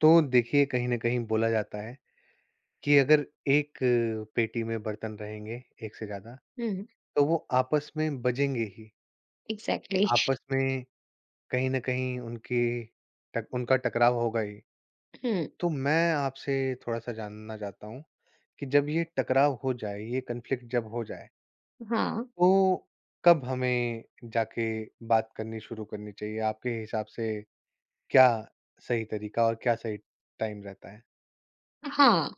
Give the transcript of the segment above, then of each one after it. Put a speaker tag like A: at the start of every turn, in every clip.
A: तो देखिए कहीं न कहीं बोला जाता है कि अगर एक पेटी में बर्तन रहेंगे एक से ज़्यादा,
B: हुँ।
A: तो वो आपस में बजेंगे ही।
B: एग्ज़ैक्टली।
A: आपस में कहीं न कहीं उनकी टक उनका टकराव होगा ही।
B: हुँ।
A: तो मैं आपसे थोड़ा-सा जानना चाहता हूँ कि जब ये टकराव हो जाए, ये कॉन्फ्लिक्ट जब हो जाए,
B: हाँ।
A: तो कब हमें जाके बात करनी शुरू करनी चाहिए? आपके हिसाब से क्या सही तरीका और क्या सही टाइम रहता है?
B: हाँ।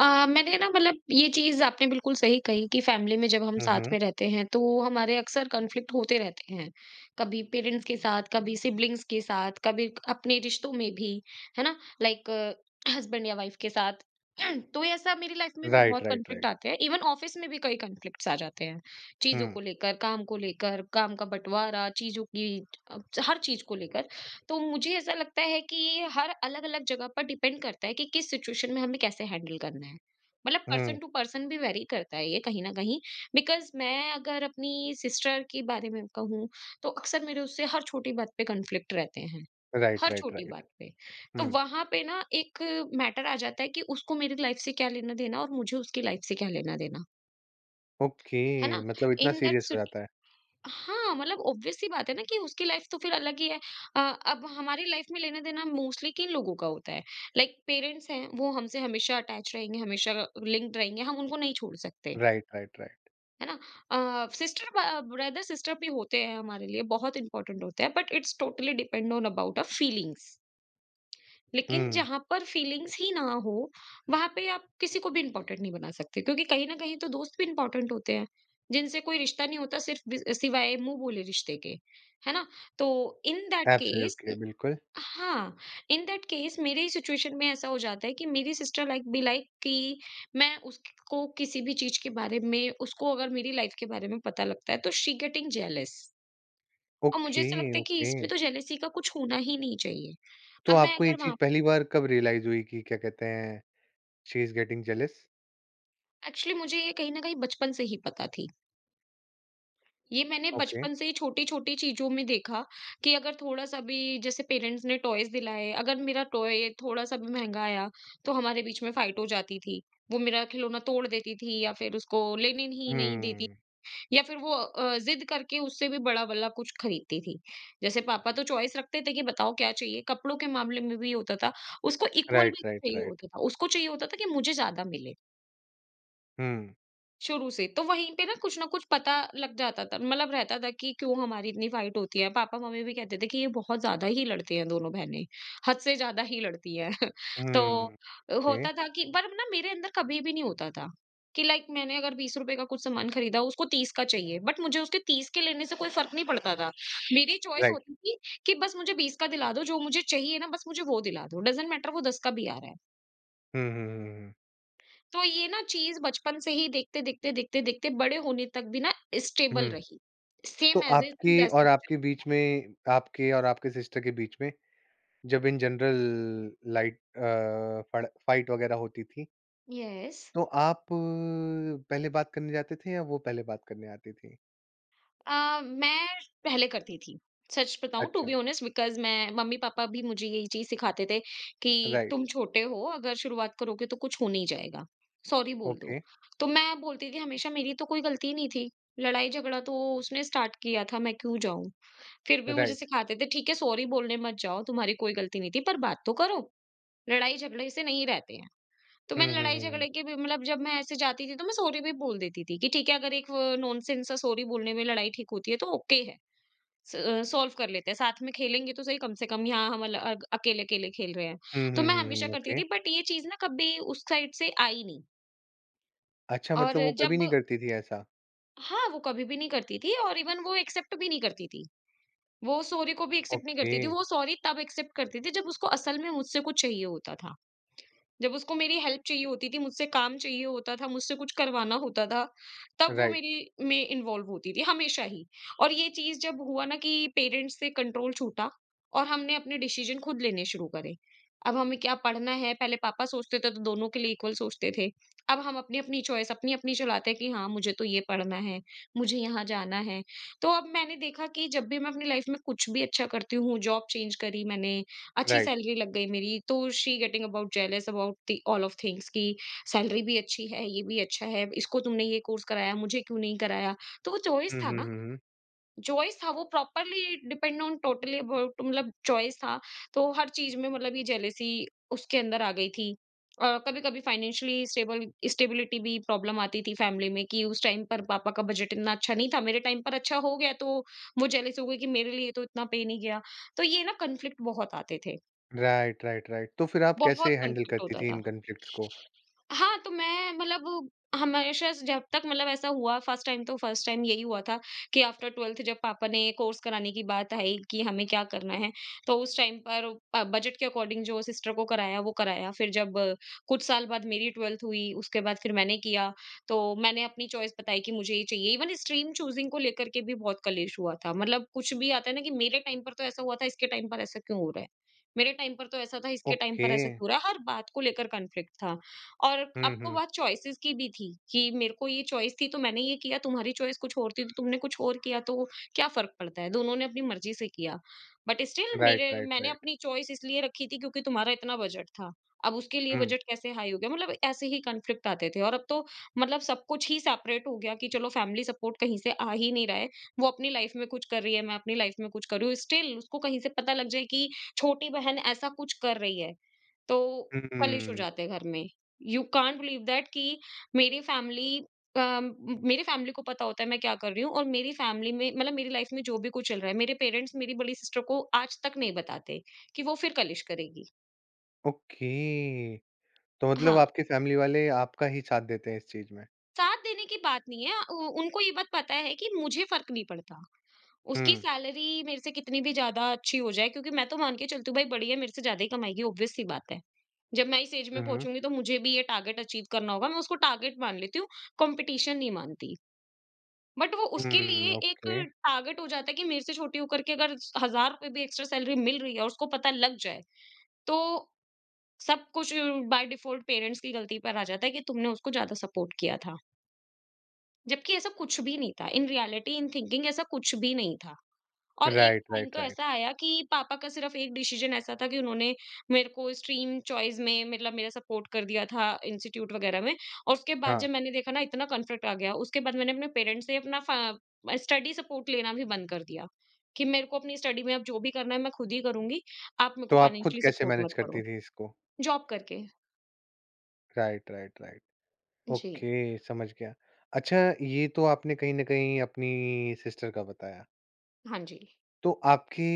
B: मैंने ना मतलब ये चीज़ आपने बिल्कुल सही कही कि फैमिली में जब हम
A: हुँ,
B: साथ
A: हुँ।
B: में रहते हैं, तो हमारे अक्सर कॉन्फ्लिक्ट होते रहते हैं। कभी पेरेंट्स के साथ, कभी सिब्लिंग्स के साथ, कभी अपने रिश्तों में भी, है ना? लाइक हस्बैंड या वाइफ के साथ। तो ये ऐसा मेरी लाइफ़ में भी
A: राइट,
B: बहुत
A: राइट,
B: कॉन्फ्लिक्ट
A: राइट।
B: आते हैं, इवन ऑफ़िस में भी कई कॉन्फ्लिक्ट्स आ जाते हैं।
A: हुँ,
B: चीज़ों को लेकर, काम का बँटवारा, चीज़ों की अ, हर चीज़ को लेकर। तो मुझे ऐसा लगता है कि हर अलग-अलग जगह पर डिपेंड करता है कि किस सिचुएशन में हमें कैसे हैंडल करना है। मतलब
A: हुँ।
B: पर्सन टू पर्सन भी वैरी करता है ये कहीं न कहीं। बिकॉज़ मैं अगर अपनी सिस्टर के बारे में कहूँ, तो अक्सर मेरे उससे हर छोटी बात पे कॉन्फ्लिक्ट रहते हैं,
A: राइट,
B: हर
A: राइट,
B: छोटी
A: राइट।
B: बात पे। तो
A: हुँ,
B: वहाँ पे ना एक मैटर आ जाता है कि उसको मेरी लाइफ़ से क्या लेना-देना और मुझे उसकी लाइफ़ से क्या लेना-देना,
A: ओके
B: है ना?
A: मतलब इतना
B: इन दैट
A: सीरियस
B: सि
A: हो जाता है।
B: हाँ, मतलब ऑब्वियस सी बात है ना कि उसकी लाइफ तो फिर अलग ही है। अब हमारी लाइफ में लेना-देना मोस्टली किन लोगों का होता है? लाइक पेरेंट्स हैं, वो हमसे हमेशा अटैच रहेंगे, हमेशा लिंक्ड रहेंगे, हम उनको नहीं छोड़ सकते,
A: राइट, राइट, राइट।
B: है ना? अ, सिस्टर ब ब्रदर सिस्टर भी होते हैं हमारे लिए, बहुत इंपॉर्टेंट होते हैं, but it's totally depend on about a feelings. लेकिन
A: हुँ,
B: जहां पर फीलिंग्स ही ना हो, वहां पे आप किसी को भी इंपॉर्टेंट नहीं बना सकते क्योंकि कहीं ना कहीं तो दोस्त भी इंपॉर्टेंट होते हैं जिनसे कोई रिश्ता नहीं होता सिर्फ सिवाय मुंह बोले रिश्ते के। है ना? तो इन दैट केस।
A: एब्सोल्युटली बिल्कुल।
B: हाँ, इन दैट केस मेरे सिचुएशन में ऐसा हो जाता है कि मेरी सिस्टर लाइक बी लाइक कि मैं उसको किसी भी चीज के बारे में उसको अगर मेरी लाइफ के बारे में पता लगता है तो शी गेटिंग जेलस। और मुझे
A: ओके,
B: ऐसा लगता है कि
A: ओके।
B: इसमें तो जेलेसी का कुछ होना ही नहीं चाहिए।
A: तो
B: अब मैं
A: आपको ये
B: अगर
A: चीज़
B: वहां।
A: पहली बार कब रियलाइज़ हुई कि क्या कहते हैं, she is getting jealous?
B: Actually मुझे ये कहीं न कहीं बचपन से ही पता थी। ये मैंने
A: ओके।
B: बचपन से ही छोटी-छोटी चीज़ों में देखा कि अगर थोड़ा-सा भी जैसे पेरेंट्स ने टॉयज़ दिलाए, अगर मेरा टॉय थोड़ा-सा भी महँगा आया, तो हमारे बीच में फाइट हो जाती थी। वो मेरा खिलौना तोड़ देती थी या फिर उसको लेने ही नहीं देती,
A: हुँ,
B: या फिर वो ज़िद करके उससे भी बड़ा वाला कुछ खरीदती थी। जैसे पापा तो चॉइस रखते थे कि बताओ क्या चाहिए? कपड़ों के मामले में भी होता था, उसको इक्वल
A: राइट,
B: भी
A: राइट,
B: चाहिए
A: राइट।
B: होता था। उसको चाहिए होता था कि मुझे ज़्यादा मिले।
A: हुँ,
B: शुरू से। तो वहीं पे ना कुछ पता लग जाता था, मतलब रहता था कि क्यों हमारी इतनी फाइट होती है। पापा-मम्मी भी कहते थे कि ये बहुत ज़्यादा ही लड़ते हैं दोनों बहनें, हद से ज़्यादा ही लड़ती हैं। तो
A: हुँ, ओके,
B: होता था कि पर ना मेरे अंदर कभी भी नहीं होता था कि लाइक मैंने अगर ₹20 का कुछ सामान खरीदा उसको 30 का चाहिए, बट मुझे उसके 30 के लेने से कोई फ़र्क नहीं पड़ता था। मेरी चॉइस
A: राइट।
B: होती थी कि बस मुझे 20 का दिला दो, जो मुझे चाहिए ना बस मुझे वो दिला दो, डज़न्ट मैटर वो 10 का भी आ रहा है।
A: हुँ, हुँ, हुँ,
B: तो ये ना चीज़ बचपन से ही देखते, देखते, देखते, देखते बड़े होने तक भी ना
A: हुँ,
B: स्टेबल
A: हुँ।
B: रही।
A: तो
B: सेम ऐज़ इट इज़
A: आपके
B: ऐसे
A: और
B: ही
A: आपके
B: चलती था।
A: बीच में आपके और आपके सिस्टर के बीच में जब इन जनरल लाइट अ, फड़ फाइट वगैरह होती थी
B: यस।
A: तो आप पहले बात करने जाते थे या वो पहले बात करने आती थी?
B: मैं पहले करती थी। सच बताऊँ टू
A: अच्छा,
B: बी ऑनेस्ट बिकॉज़ मैं मम्मी-पापा भी मुझे यही चीज़ सिखाते थे कि
A: राइट,
B: तुम छोटे हो अगर शुरुआत करोगे तो कुछ हो नहीं जाएगा। सॉरी बोल दो।
A: ओके,
B: तो मैं बोलती थी हमेशा मेरी तो कोई गलती नहीं थी। लड़ाई-झगड़ा तो उसने स्टार्ट किया था, मैं क्यों जाऊँ? फिर भी मुझे
A: राइट।
B: सिखाते थे ठीक है सॉरी बोलने मत जाओ, तुम्हारी कोई गलती नहीं थी पर बात तो करो। लड़ाई झगड़े से नहीं रहते हैं। तो
A: हुँ,
B: मैं
A: हुँ,
B: लड़ाई
A: हुँ, हुँ।
B: झगड़े के भी मतलब जब मैं ऐसे जाती थी तो मैं सॉरी भी बोल देती थी कि ठीक है, अगर एक नॉनसेंस सा सॉरी बोलने में लड़ाई ठीक होती है तो ओके है। सॉल्व कर लेते हैं। साथ में खेलेंगे तो सही, कम से कम यहाँ हम अल अग अकेले-अकेले खेल रहे हैं।
A: हुँ, हुँ,
B: तो मैं
A: हुँ,
B: हमेशा
A: हुँ,
B: करती
A: ओके।
B: थी, बट ये चीज़ ना कभी उस साइड से आई नहीं।
A: अच्छा मतलब
B: और
A: वो कभी
B: जब।
A: नहीं करती थी ऐसा?
B: हाँ, वो कभी भी नहीं करती थी और इवन वो एक्सेप्ट भी नहीं करती थी। वो सॉरी को भी एक्सेप्ट नहीं
A: ओके,
B: करती थी। वो सॉरी तब एक्सेप्ट करती थी जब उसको असल में मुझसे कुछ चाहिए होता था। जब उसको मेरी हेल्प चाहिए होती थी, मुझसे काम चाहिए होता था, मुझसे कुछ करवाना होता था, तब वो
A: राइट,
B: मेरी में इन्वॉल्व होती थी, हमेशा ही। और ये चीज़ जब हुआ ना कि पेरेंट्स से कंट्रोल छूटा और हमने अपने डिसीज़न खुद लेने शुरू करे। अब हमें क्या पढ़ना है, पहले पापा सोचते थे तो दोनों के लिए इक्वल सोचते थे। अब हम अपनी-अपनी चॉइस अपनी-अपनी चलाते हैं कि हाँ, मुझे तो ये पढ़ना है, मुझे यहाँ जाना है। तो अब मैंने देखा कि जब भी मैं अपनी लाइफ़ में कुछ भी अच्छा करती हूँ, जॉब चेंज करी मैंने, अच्छी
A: राइट।
B: सैलरी लग गई मेरी, तो she getting about jealous about the all of things कि सैलरी भी अच्छी है, ये भी अच्छा है, इसको तुमने ये कोर्स कराया, मुझे क्यों नहीं कराया। तो वो चॉइस
A: हुँ,
B: था
A: हुँ,
B: ना,
A: हुँ, हुँ।
B: चॉइस था, वो properly depend on totally about, मतलब चॉइस था। तो हर चीज में, मतलब ये जेलेसी उसके अंदर आ गई थी। और कभी कभी फाइनेंशियली स्टेबल स्टेबिलिटी भी प्रॉब्लम आती थी फैमिली में कि उस टाइम पर पापा का बजट इतना अच्छा नहीं था, मेरे टाइम पर अच्छा हो गया, तो वो जेलेस हो गई कि मेरे लिए तो इतना पे नहीं गया। तो ये ना कन्फ्लिक्ट बहुत आते थे,
A: राइट, राइट, राइट। तो फिर आप कैसे
B: बहुत
A: हैंडल
B: कॉन्फ्लिक्ट
A: करती
B: होता
A: थी
B: था।
A: इन कॉन्फ्लिक्ट्स को?
B: हाँ, तो मैं मतलब हमेशा से जब तक मतलब ऐसा हुआ फर्स्ट टाइम, तो फर्स्ट टाइम यही हुआ था कि आफ्टर 12th जब पापा ने कोर्स कराने की बात आई कि हमें क्या करना है, तो उस टाइम पर बजट के अकॉर्डिंग जो सिस्टर को कराया वो कराया। फिर जब कुछ साल बाद मेरी 12th हुई, उसके बाद फिर मैंने किया, तो मैंने अपनी चॉइस बताई कि मुझे ये चाहिए। इवन स्ट्रीम चूज़िंग को लेकर के भी बहुत कलेश हुआ था। मतलब कुछ भी आता है ना कि मेरे टाइम पर तो ऐसा हुआ था, इसके टाइम पर ऐसा क्यों हो रहा है? मेरे टाइम पर तो ऐसा था, इसके टाइम
A: ओके।
B: पर ऐसा क्यों हो रहा है? हर बात को लेकर कॉन्फ्लिक्ट था। और अब
A: हुँ,
B: तो
A: हुँ।
B: बात चॉइसेस की भी थी कि मेरे को ये चॉइस थी तो मैंने ये किया, तुम्हारी चॉइस कुछ और थी तो तुमने कुछ और किया, तो क्या फर्क पड़ता है, दोनों ने अपनी मर्जी से किया। बट स्टिल
A: राइट,
B: मेरे
A: राइट,
B: मैंने
A: राइट।
B: अपनी चॉइस इसलिए रखी थी क्योंकि तुम्हारा इतना बजट था, अब उसके लिए
A: हुँ।
B: बजट कैसे हाई हो गया, मतलब ऐसे ही कन्फ्लिक्ट आते थे। और अब तो मतलब सब कुछ ही सेपरेट हो गया कि चलो फैमिली सपोर्ट कहीं से आ ही नहीं रहा है, वो अपनी लाइफ में कुछ कर रही है, मैं अपनी लाइफ में कुछ कर रही हूँ, स्टिल उसको कहीं से पता लग जाए कि छोटी बहन ऐसा कुछ कर रही है, तो कलेश हो
A: हुँ,
B: जाते हैं घर में। यू कांट बिलीव दैट कि मेरी फैमिली, मेरी फैमिली को पता होता है मैं क्या कर रही हूँ, और मेरी फैमिली में, मतलब मेरी लाइफ में जो भी कुछ चल रहा है, मेरे पेरेंट्स मेरी बड़ी सिस्टर को आज तक नहीं बताते कि वो फिर कलिश करेगी।
A: ओके। तो मतलब
B: हाँ,
A: आपके फैमिली वाले आपका ही साथ देते हैं इस चीज़ में?
B: साथ देने की बात नहीं है, उनको ये बात पता है कि मुझे फर्क नहीं पड़ता, उसकी
A: हुँ।
B: सैलरी मेरे से कितनी भी ज्यादा अच्छी हो जाए, क्योंकि मैं तो मान के चलती हूँ भाई बड़ी है, मेरे से ज्यादा ही कमाएगी, ऑब्वियस सी बात है। जब मैं इस एज
A: हुँ,
B: में
A: हुँ।
B: पहुंचूंगी तो मुझे भी ये टारगेट अचीव करना होगा, मैं उसको टारगेट मान लेती हूँ, कंपटीशन नहीं मानती। बट वो उसके लिए
A: हुँ,
B: एक
A: ओके।
B: टारगेट हो जाता है कि मेरे से छोटी होकर के अगर ₹1000 भी एक्स्ट्रा सैलरी मिल रही है और उसको पता लग जाए, तो सब कुछ बाय डिफ़ॉल्ट पेरेंट्स की गलती पर आ जाता है कि तुमने उसको ज़्यादा सपोर्ट किया था। जबकि ऐसा कुछ भी नहीं था। इन रियलिटी इन थिंकिंग ऐसा कुछ भी नहीं था। और एक
A: राइट,
B: टाइम
A: राइट,
B: तो ऐसा
A: राइट।
B: आया कि पापा का सिर्फ एक डिसीजन ऐसा था कि उन्होंने मेरे को स्ट्रीम चॉइस में, मतलब मेरा सपोर्ट कर दिया था इंस्टीट्यूट वगैरह में, और उसके बाद
A: हाँ,
B: जब मैंने देखा ना इतना कॉन्फ्लिक्ट आ गया, उसके बाद मैंने अपने पेरेंट्स से अपना स्टडी सपोर्ट लेना भी बंद कर दिया कि मेरे को अपनी स्टडी में अब जो भी करना है मैं खुद ही करूंगी, आप मेरे को
A: तो आप खुद
B: फाइनेंशियली
A: कैसे
B: सपोर्ट मत
A: मैनेज
B: करो।
A: करती थी इसको?
B: जॉब करके।
A: Right, right, right.
B: जी।
A: ओके, समझ गया। अच्छा, ये तो आपने कहीं न कहीं अपनी सिस्टर का बताया।
B: हाँ। जी।
A: तो आपके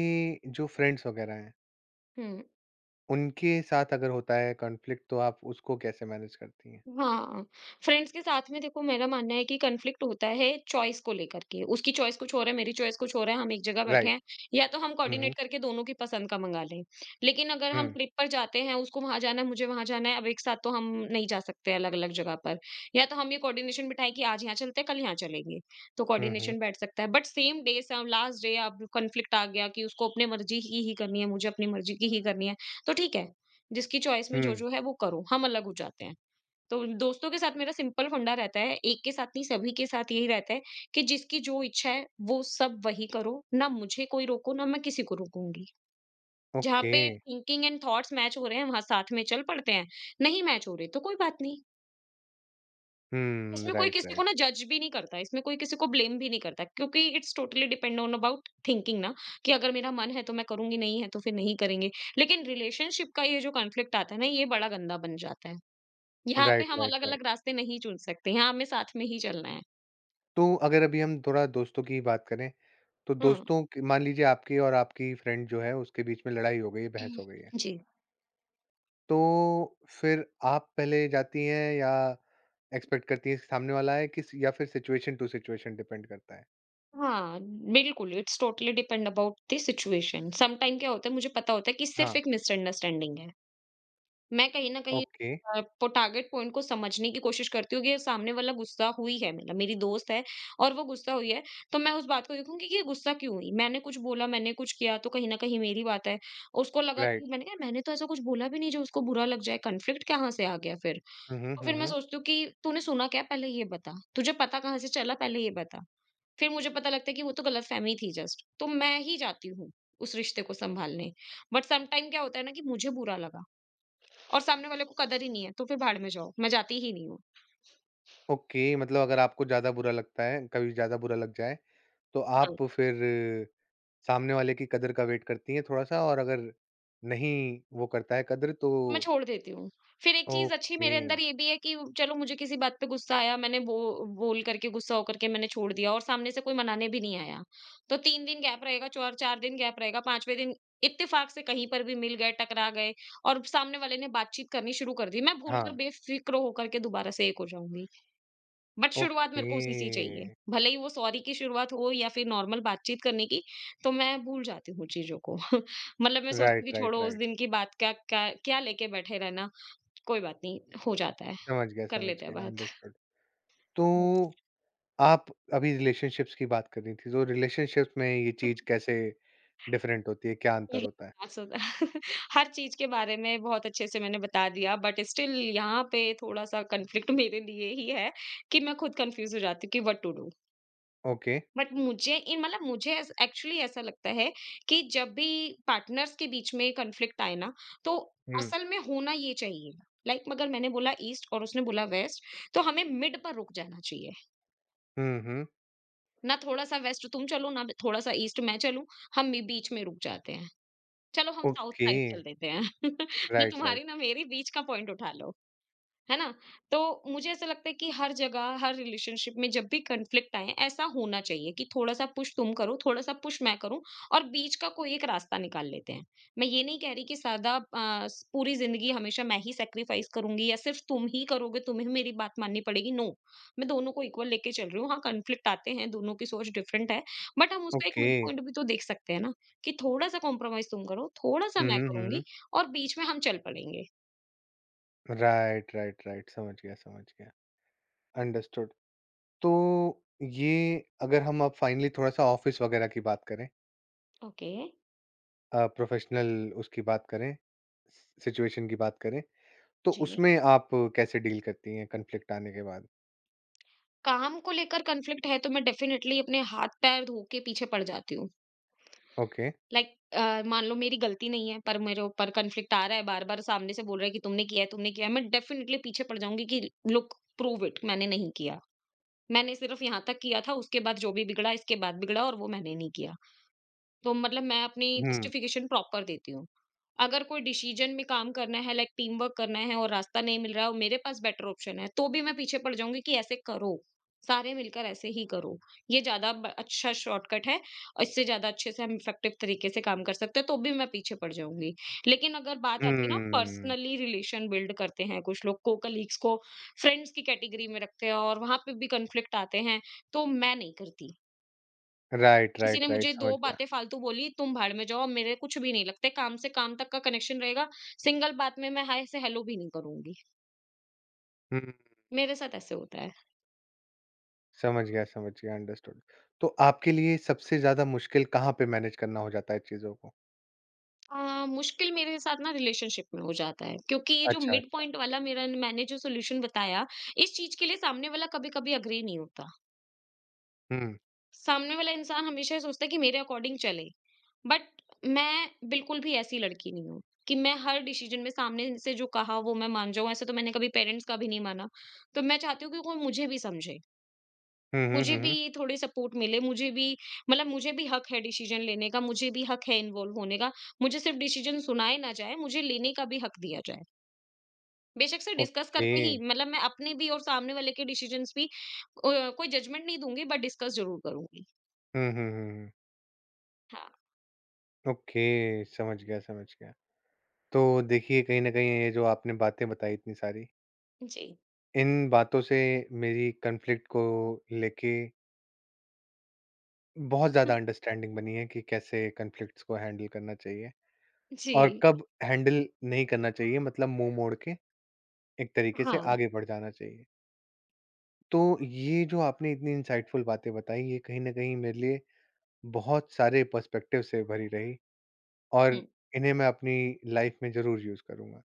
A: जो फ्रेंड्स वगैरह हैं,
B: हम्म।
A: उनके साथ अगर होता है कॉन्फ्लिक्ट तो आप उसको कैसे मैनेज करती हैं?
B: हाँ, फ्रेंड्स के साथ में देखो मेरा मानना है कि कॉन्फ्लिक्ट होता है चॉइस को लेकर के। उसकी चॉइस कुछ और है, मेरी चॉइस कुछ और है, हम एक जगह बैठे
A: राइट।
B: हैं, या तो हम
A: हुँ, हुँ।
B: कोऑर्डिनेट करके दोनों की पसंद का मँगा लें। लेकिन अगर हम
A: हुँ।
B: ट्रिप पर जाते हैं, उसको वहाँ जाना है, मुझे वहाँ जाना है, अब एक साथ तो हम नहीं जा सकते अलग-अलग जगह पर। या तो हम ये कोऑर्डिनेशन बिठाएँ कि आज यहाँ चलते हैं, कल यहाँ चलेंगे, तो
A: हुँ, हुँ।
B: कोऑर्डिनेशन बैठ सकता है। बट सेम डे स लास्ट डे अब कॉन्फ्लिक्ट आ गया कि उसको अपनी मर्ज़ी की ही करनी है, मुझे अपनी मर्ज़ी की ही करनी है, तो ठीक है, जिसकी चॉइस में
A: हुँ,
B: जो-जो है वो करो, हम अलग हो जाते हैं। तो दोस्तों के साथ मेरा सिंपल फंडा रहता है, एक के साथ नहीं सभी के साथ यही रहता है कि जिसकी जो इच्छा है वो सब वही करो, ना मुझे कोई रोको ना मैं किसी को रोकूँगी। जहाँ
A: ओके।
B: पे थिंकिंग एंड थॉट्स मैच हो रहे हैं वहाँ साथ में चल पड़ते हैं, नहीं मैच हो रहे तो कोई बात नहीं।
A: हुँ,
B: इसमें कोई
A: राइट,
B: किसी को
A: राइट।
B: ना जज भी नहीं करता, इसमें कोई किसी को ब्लेम भी नहीं करता क्योंकि it's totally depend on about thinking ना कि अगर मेरा मन है तो मैं करूँगी, नहीं है तो फिर नहीं करेंगे। लेकिन रिलेशनशिप का ये जो कॉन्फ्लिक्ट आता है ना ये बड़ा गंदा बन जाता है। यहाँ पे
A: राइट,
B: हम
A: राइट, राइट।
B: अलग-अलग रास्ते नहीं चुन सकते, यहाँ हमें साथ में ही चलना है।
A: तो अगर अभी हम थोड़ा दोस्तों की बात करें, तो
B: हुँ।
A: दोस्तों की मान लीजिए आपकी और आपकी फ्रेंड जो है उसके बीच में लड़ाई हो गई है, बहस हो गई है।
B: जी।
A: तो फिर आप पहले जाती हैं या एक्सपेक्ट करती हैं कि सामने वाला आए किस या फिर सिचुएशन टू सिचुएशन डिपेंड करता है?
B: हाँ, बिल्कुल it's totally depend about the situation. Sometime क्या होता है मुझे पता होता है कि सिर्फ़
A: हाँ,
B: एक मिसअंडरस्टैंडिंग है। मैं कहीं न कहीं
A: ओके,
B: पो टारगेट पॉइंट को समझने की कोशिश करती हूँ कि ये सामने वाला गुस्सा हुई है मतलब मेरी दोस्त है और वो गुस्सा हुई है, तो मैं उस बात को देखूँगी कि ये गुस्सा क्यों हुई? मैंने कुछ बोला, मैंने कुछ किया तो कहीं न कहीं मेरी बात है। उसको लगा
A: राइट।
B: कि मैंने कहा मैंने तो ऐसा कुछ बोला भी नहीं जो उसको बुरा लग जाए, कॉन्फ्लिक्ट कहाँ से आ गया फिर?
A: हुँ, हुँ,
B: तो
A: हुँ,
B: फिर मैं
A: हुँ।
B: सोचती हूँ कि तूने सुना क्या पहले ये बता, तुझे पता कहाँ से चला पहले ये बता। फिर मुझे पता लगता है कि वो तो गलतफ़हमी थी जस्ट, तो मैं ही जाती हूँ उस रिश्ते को सँभालने। बट सम टाइम क्या होता है ना कि मुझे बुरा लगा और सामने वाले को कदर ही नहीं है, तो फिर भाड़ में जाओ, मैं जाती ही नहीं हूँ।
A: ओके, मतलब अगर आपको ज़्यादा बुरा लगता है, कभी ज़्यादा बुरा लग जाए, तो आप फिर सामने वाले की कदर का वेट करती हैं थोड़ा-सा और अगर नहीं वो करता है कदर तो
B: मैं छोड़ देती हूँ। फिर एक चीज़ अच्छी
A: ओके,
B: मेरे अंदर ये भी है कि चलो मुझे किसी बात पे गुस्सा आया, मैंने बो बोल करके गुस्सा होकर के मैंने छोड़ दिया और सामने से कोई मनाने भी नहीं आया। तो 3 दिन गैप रहेगा, चौर 4 दिन गैप रहेगा, 5वें दिन इत्तेफाक से कहीं पर भी मिल गए, टकरा गए और सामने वाले ने बातचीत करनी शुरू कर दी। मैं भूलकर
A: हाँ।
B: बेफ़िक्र होकर के दोबारा से एक हो जाऊँगी। बट शुरुआत मेरे
A: ओके।
B: को उसी से ही चाहिए। भले ही वो सॉरी की शुरुआत हो या फिर नॉर्मल बातचीत करने की, तो मैं भूल जाती हूँ चीज़ों को। मतलब मैं सोचती
A: राइट,
B: हूँ कि
A: राइट,
B: छोड़ो उस
A: राइट।
B: दिन की बात का क्या लेके बैठे रहना, कोई बात नहीं, हो जाता है, कर
A: समझ
B: लेते हैं
A: गया,
B: बात।
A: अंडरस्टूड। तो
B: यस।
A: आप अभी रिलेशनशिप्स की बात कर रही थी, तो रिलेशनशिप्स में ये चीज़ कैसे डिफरेंट होती है? क्या अंतर
B: यही
A: होता है?
B: प्रयास होता है। हर चीज़ के बारे में बहुत अच्छे से मैंने बता दिया बट स्टिल यहाँ पे थोड़ा-सा कॉन्फ्लिक्ट मेरे लिए ही है कि मैं खुद कन्फ्यूज़ हो जाती हूँ कि what to do.
A: Okay.
B: But मुझे इन मतलब मुझे एक्चुअली ऐसा लगता है कि जब भी पार्टनर्स के बीच में कॉन्फ्लिक्ट आए ना तो
A: हुँ।
B: असल में होना ये चाहिए मगर मैंने बोला ईस्ट और उसने बोला वेस्ट तो हमें मिड पर रुक जाना चाहिए।
A: हुँ, हुँ।
B: ना थोड़ा सा वेस्ट तुम चलो ना थोड़ा सा ईस्ट मैं चलूं, हम भी बीच में रुक जाते हैं, चलो हम साउथ
A: ओके।
B: साइड चल देते हैं। ना
A: राइट, राइट।
B: तुम्हारी ना मेरी बीच का पॉइंट उठा लो, है ना? तो मुझे ऐसा लगता है कि हर जगह, हर रिलेशनशिप में जब भी कॉन्फ्लिक्ट आए, ऐसा होना चाहिए कि थोड़ा-सा पुश तुम करो, थोड़ा-सा पुश मैं करूँ और बीच का कोई एक रास्ता निकाल लेते हैं। मैं ये नहीं कह रही कि पूरी ज़िंदगी हमेशा मैं ही सैक्रिफ़ाइस करूँगी या सिर्फ़ तुम ही करोगे, तुम्हें मेरी बात माननी पड़ेगी, नो। मैं दोनों को इक्वल लेके चल रही हूँ। हाँ, कॉन्फ्लिक्ट आते हैं, दोनों की सोच डिफरेंट है, बट हम उसका एक
A: ओके।
B: मिड पॉइंट भी तो देख सकते हैं ना कि थोड़ा-सा कॉम्प्रोमाइज़ तुम करो, थोड़ा-सा
A: हुँ,
B: मैं
A: हुँ,
B: करूँगी
A: हुँ।
B: और बीच में हम चल पड़ेंगे।
A: Right, right, right. समझ गया, समझ गया। अंडरस्टूड। तो ये अगर हम अब फाइनली थोड़ा-सा ऑफ़िस वगैरह की बात करें
B: ओके,
A: प्रोफ़ेशनल उसकी बात करें, सिचुएशन की बात करें तो
B: जी।
A: उसमें आप कैसे डील करती हैं कॉन्फ्लिक्ट आने के बाद?
B: काम को लेकर कॉन्फ्लिक्ट है तो मैं डेफिनेटली अपने हाथ पैर धो के पीछे पड़ जाती हूँ।
A: ओके।
B: लाइक मान लो मेरी गलती नहीं है पर मेरे ऊपर कॉन्फ्लिक्ट आ रहा है, बार बार सामने से बोल रहा है कि तुमने किया है तुमने किया है, मैं डेफिनेटली पीछे पड़ जाऊंगी कि लुक प्रूव इट मैंने नहीं किया। मैंने सिर्फ यहाँ तक किया था, उसके बाद जो भी बिगड़ा इसके बाद बिगड़ा और वो मैंने नहीं किया। तो मतलब मैं अपनी
A: हुँ।
B: जस्टिफिकेशन प्रॉपर देती हूँ। अगर कोई डिसीजन में काम करना है लाइक टीम वर्क करना है और रास्ता नहीं मिल रहा है और मेरे पास बेटर ऑप्शन है, तो भी मैं पीछे पड़ जाऊँगी कि ऐसे करो, सारे मिलकर ऐसे ही करो। ये ज़्यादा ब अच्छा शॉर्टकट है और इससे ज़्यादा अच्छे से हम इफेक्टिव तरीके से काम कर सकते हैं, तो भी मैं पीछे पड़ जाऊँगी। लेकिन अगर बात आती है ना
A: हुँ।
B: पर्सनली रिलेशन बिल्ड करते हैं कुछ लोग को कलीग्स को फ्रेंड्स की कैटेगरी में रखते हैं और वहाँ पे भी कॉन्फ्लिक्ट आते हैं, तो मैं नहीं करती।
A: राइट,
B: किसी
A: राइट,
B: ने
A: राइट
B: मुझे 2
A: समझ गया।
B: बातें फालतू बोली, तुम भाड़ में जाओ, मेरे कुछ भी नहीं लगते, काम से काम तक का कनेक्शन रहेगा, सिंगल बात में मैं हाय से हेलो भी नहीं करूँगी।
A: हुँ,
B: मेरे साथ ऐसे होता है।
A: समझ गया अंडरस्टूड। तो आपके लिए सबसे ज़्यादा मुश्किल कहाँ पे मैनेज करना हो जाता है चीज़ों को?
B: मुश्किल मेरे साथ ना रिलेशनशिप में हो जाता है क्योंकि ये जो
A: अच्छा,
B: मिड
A: अच्छा।
B: पॉइंट वाला मेरा मैंने जो सॉल्यूशन बताया, इस चीज़ के लिए सामने वाला कभी-कभी एग्री नहीं होता।
A: हुँ।
B: सामने वाला इंसान हमेशा ये सोचता है कि मेरे अकॉर्डिंग चले। बट मैं बिल्कुल भी ऐसी लड़की नहीं हूँ कि मैं हर डिसीजन में सामने से जो कहा वो मैं मान जाऊं, ऐसे तो मैंने कभी पेरेंट्स का भी नहीं माना। तो मैं चाहती हूँ कि कोई मुझे भी समझे,
A: हुँ, हुँ,
B: मुझे
A: हुँ,
B: भी
A: हुँ।
B: थोड़ी सपोर्ट मिले, मुझे भी मतलब मुझे भी हक है डिसीजन लेने का, मुझे भी हक है इन्वॉल्व होने का, मुझे सिर्फ डिसीजन सुनाए ना जाए, मुझे लेने का भी हक दिया जाए। बेशक से डिस्कस
A: ओके।
B: करके ही, मतलब मैं अपने भी और सामने वाले के डिसीजंस भी कोई जजमेंट नहीं दूंगी बट डिस्कस जरूर करूंगी।
A: हुँ, हुँ, हुँ, हुँ।
B: हाँ।
A: ओके, समझ गया, समझ गया। तो देखिए कहीं न कहीं ये जो आपने बातें बताई इतनी सारी,
B: जी।
A: इन बातों से मेरी कॉन्फ्लिक्ट को लेके बहुत ज़्यादा अंडरस्टैंडिंग बनी है कि कैसे कॉन्फ्लिक्ट्स को हैंडल करना चाहिए और
B: जी।
A: कब हैंडल नहीं करना चाहिए मतलब मुँह मोड़ के एक तरीके से
B: हाँ।
A: आगे बढ़ जाना चाहिए। तो ये जो आपने इतनी इनसाइटफुल बातें बताई ये कहीं न कहीं मेरे लिए बहुत सारे पर्सपेक्टिव से भरी रही और
B: हम्म,
A: इन्हें मैं अपनी लाइफ़ में ज़रूर यूज़ करूँगा।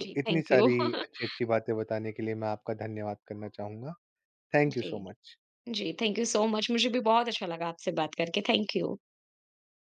A: तो इतनी
B: थैंक यू।
A: सारी अच्छी-अच्छी बातें बताने के लिए मैं आपका धन्यवाद करना चाहूँगा। थैंक यू
B: जी,
A: सो मच।
B: जी, थैंक यू सो मच, मुझे भी बहुत अच्छा लगा आपसे बात करके, थैंक यू।